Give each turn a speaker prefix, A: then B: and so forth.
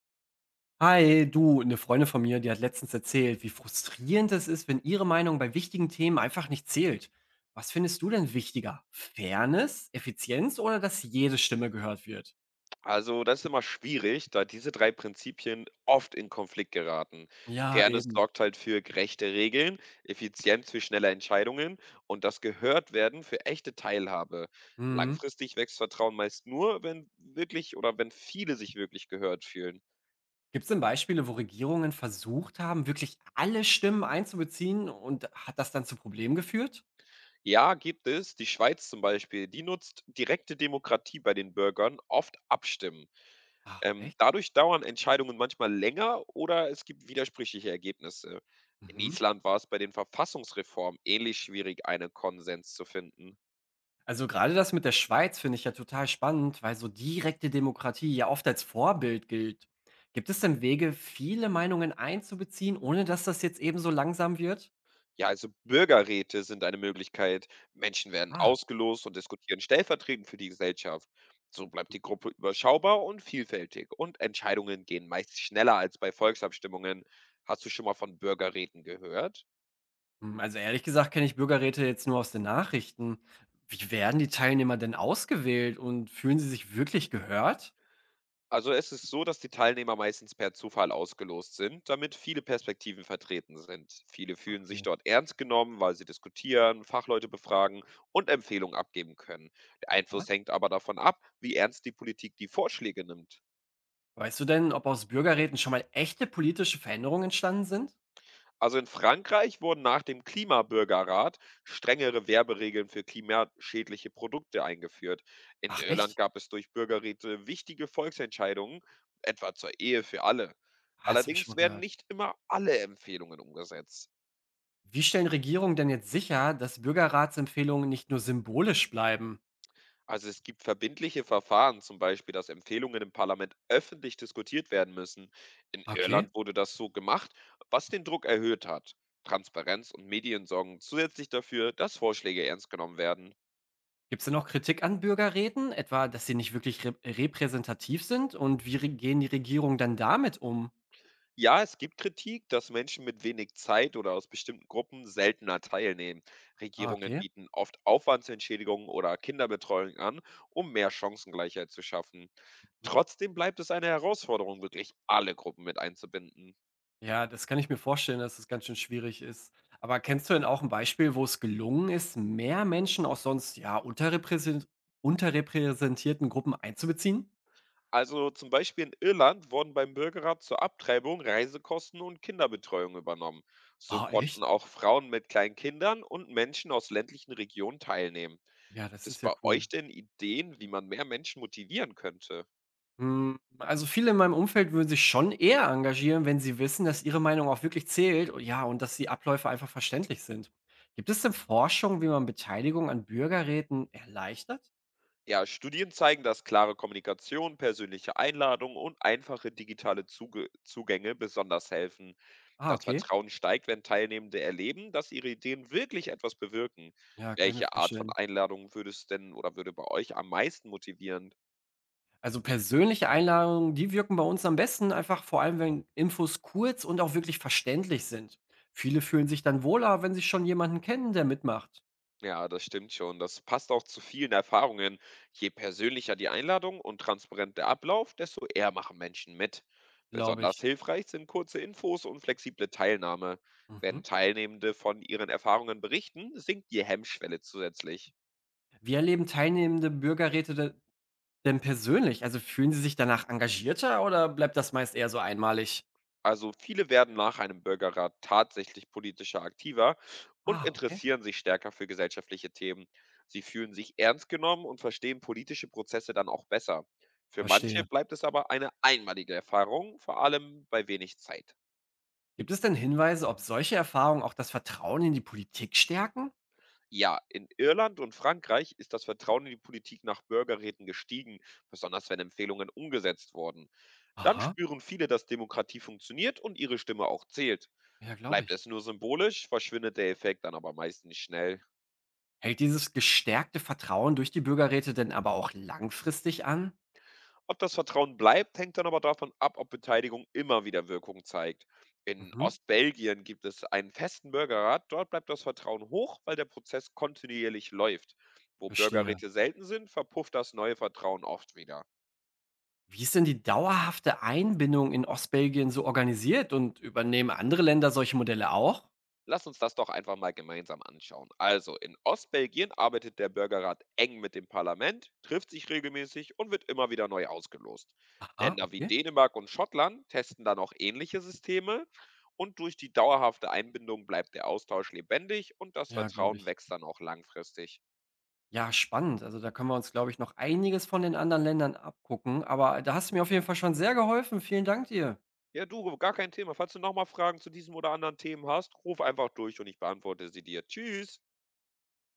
A: Hi, du, eine Freundin von mir, die hat letztens erzählt, wie frustrierend es ist, wenn ihre Meinung bei wichtigen Themen einfach nicht zählt. Was findest du denn wichtiger? Fairness, Effizienz oder dass jede Stimme gehört wird?
B: Also, das ist immer schwierig, da diese 3 Prinzipien oft in Konflikt geraten.
A: Ja,
B: Fairness
A: eben.
B: sorgt halt für gerechte Regeln, Effizienz für schnelle Entscheidungen und das Gehörtwerden für echte Teilhabe.
A: Mhm.
B: Langfristig wächst Vertrauen meist nur, wenn viele sich wirklich gehört fühlen.
A: Gibt es denn Beispiele, wo Regierungen versucht haben, wirklich alle Stimmen einzubeziehen und hat das dann zu Problemen geführt?
B: Ja, gibt es, die Schweiz zum Beispiel, die nutzt direkte Demokratie bei den Bürgern, oft abstimmen.
A: Ach, echt?
B: Dadurch dauern Entscheidungen manchmal länger oder es gibt widersprüchliche Ergebnisse. In
A: Mhm.
B: Island war es bei den Verfassungsreformen ähnlich schwierig, einen Konsens zu finden.
A: Also gerade das mit der Schweiz finde ich ja total spannend, weil so direkte Demokratie ja oft als Vorbild gilt. Gibt es denn Wege, viele Meinungen einzubeziehen, ohne dass das jetzt eben so langsam wird?
B: Ja, also Bürgerräte sind eine Möglichkeit. Menschen werden
A: Ah,
B: ausgelost und diskutieren stellvertretend für die Gesellschaft. So bleibt die Gruppe überschaubar und vielfältig und Entscheidungen gehen meist schneller als bei Volksabstimmungen. Hast du schon mal von Bürgerräten gehört?
A: hm, also ehrlich gesagt kenne ich Bürgerräte jetzt nur aus den Nachrichten. Wie werden die Teilnehmer denn ausgewählt und fühlen sie sich wirklich gehört?
B: Also es ist so, dass die Teilnehmer meistens per Zufall ausgelost sind, damit viele Perspektiven vertreten sind. Viele
A: Ah,
B: fühlen sich
A: okay.
B: dort ernst genommen, weil sie diskutieren, Fachleute befragen und Empfehlungen abgeben können. Der
A: Aha.
B: Einfluss hängt aber davon ab, wie ernst die Politik die Vorschläge nimmt.
A: Weißt du denn, ob aus Bürgerräten schon mal echte politische Veränderungen entstanden sind?
B: Also in Frankreich wurden nach dem Klimabürgerrat strengere Werberegeln für klimaschädliche Produkte eingeführt. In
A: Ach,
B: Irland
A: echt?
B: gab es durch Bürgerräte wichtige Volksentscheidungen, etwa zur Ehe für alle.
A: Ah, das habe ich schon
B: Allerdings
A: mal
B: werden
A: gehört.
B: nicht immer alle Empfehlungen umgesetzt.
A: Wie stellen Regierungen denn jetzt sicher, dass Bürgerratsempfehlungen nicht nur symbolisch bleiben?
B: Also es gibt verbindliche Verfahren, zum Beispiel, dass Empfehlungen im Parlament öffentlich diskutiert werden müssen. In
A: Okay.
B: Irland wurde das so gemacht, was den Druck erhöht hat. Transparenz und Medien sorgen zusätzlich dafür, dass Vorschläge ernst genommen werden.
A: Gibt es denn auch Kritik an Bürgerräten, etwa, dass sie nicht wirklich repräsentativ sind? Und wie gehen die Regierungen dann damit um?
B: Ja, es gibt Kritik, dass Menschen mit wenig Zeit oder aus bestimmten Gruppen seltener teilnehmen.
A: Ah,
B: Regierungen
A: okay.
B: bieten oft Aufwandsentschädigungen oder Kinderbetreuung an, um mehr Chancengleichheit zu schaffen. Trotzdem bleibt es eine Herausforderung, wirklich alle Gruppen mit einzubinden.
A: Ja, das kann ich mir vorstellen, dass das ganz schön schwierig ist. Aber kennst du denn auch ein Beispiel, wo es gelungen ist, mehr Menschen aus sonst ja unterrepräsentierten Gruppen einzubeziehen?
B: Also zum Beispiel in Irland wurden beim Bürgerrat zur Abtreibung Reisekosten und Kinderbetreuung übernommen. So
A: Ah, echt?
B: konnten auch Frauen mit kleinen Kindern und Menschen aus ländlichen Regionen teilnehmen.
A: Ja,
B: Gibt
A: das
B: es
A: ist ja
B: bei
A: cool.
B: euch denn Ideen, wie man mehr Menschen motivieren könnte?
A: Hm, also viele in meinem Umfeld würden sich schon eher engagieren, wenn sie wissen, dass ihre Meinung auch wirklich zählt, und ja, und dass die Abläufe einfach verständlich sind. Gibt es denn Forschung, wie man Beteiligung an Bürgerräten erleichtert?
B: Ja, Studien zeigen, dass klare Kommunikation, persönliche Einladungen und einfache digitale Zuge Zugänge besonders helfen.
A: Ah,
B: Das
A: okay.
B: Vertrauen steigt, wenn Teilnehmende erleben, dass ihre Ideen wirklich etwas bewirken.
A: Ja, kann ich mir
B: Welche Art von
A: vorstellen.
B: Einladung würde es denn oder würde bei euch am meisten motivieren?
A: Also persönliche Einladungen, die wirken bei uns am besten, einfach vor allem, wenn Infos kurz und auch wirklich verständlich sind. Viele fühlen sich dann wohler, wenn sie schon jemanden kennen, der mitmacht,
B: Ja, das stimmt schon. Das passt auch zu vielen Erfahrungen. Je persönlicher die Einladung und transparent der Ablauf, desto eher machen Menschen mit.
A: glaube
B: Besonders
A: ich.
B: hilfreich sind kurze Infos und flexible Teilnahme. Wenn
A: Mhm.
B: Teilnehmende von ihren Erfahrungen berichten, sinkt die Hemmschwelle zusätzlich.
A: Wie erleben teilnehmende Bürgerräte de- Denn persönlich? Also, fühlen Sie sich danach engagierter oder bleibt das meist eher so einmalig?
B: Also viele werden nach einem Bürgerrat tatsächlich politischer aktiver und
A: Ah, okay,
B: interessieren sich stärker für gesellschaftliche Themen. Sie fühlen sich ernst genommen und verstehen politische Prozesse dann auch besser. Für manche
A: verstehe.
B: bleibt es aber eine einmalige Erfahrung, vor allem bei wenig Zeit.
A: Gibt es denn Hinweise, ob solche Erfahrungen auch das Vertrauen in die Politik stärken?
B: Ja, in Irland und Frankreich ist das Vertrauen in die Politik nach Bürgerräten gestiegen, besonders wenn Empfehlungen umgesetzt wurden. Dann
A: Aha,
B: spüren viele, dass Demokratie funktioniert und ihre Stimme auch zählt.
A: ja, glaube
B: Bleibt es
A: ich.
B: nur symbolisch, verschwindet der Effekt dann aber meistens schnell.
A: Hält dieses gestärkte Vertrauen durch die Bürgerräte denn aber auch langfristig an?
B: Ob das Vertrauen bleibt, hängt dann aber davon ab, ob Beteiligung immer wieder Wirkung zeigt. In
A: Mhm,
B: Ostbelgien gibt es einen festen Bürgerrat. Dort bleibt das Vertrauen hoch, weil der Prozess kontinuierlich läuft. Wo
A: verstehe.
B: Bürgerräte selten sind, verpufft das neue Vertrauen oft wieder.
A: Wie ist denn die dauerhafte Einbindung in Ostbelgien so organisiert und übernehmen andere Länder solche Modelle auch?
B: Lass uns das doch einfach mal gemeinsam anschauen. Also, in Ostbelgien arbeitet der Bürgerrat eng mit dem Parlament, trifft sich regelmäßig und wird immer wieder neu ausgelost.
A: Aha,
B: Länder wie
A: okay.
B: Dänemark und Schottland testen dann auch ähnliche Systeme und durch die dauerhafte Einbindung bleibt der Austausch lebendig und das
A: Ja, glaube
B: Vertrauen
A: ich.
B: wächst dann auch langfristig.
A: Ja, spannend. Also, da können wir uns, glaube ich, noch einiges von den anderen Ländern abgucken. Aber da hast du mir auf jeden Fall schon sehr geholfen. Vielen Dank dir.
B: Ja, du, gar kein Thema. Falls du nochmal Fragen zu diesem oder anderen Themen hast, ruf einfach durch und ich beantworte sie dir. Tschüss.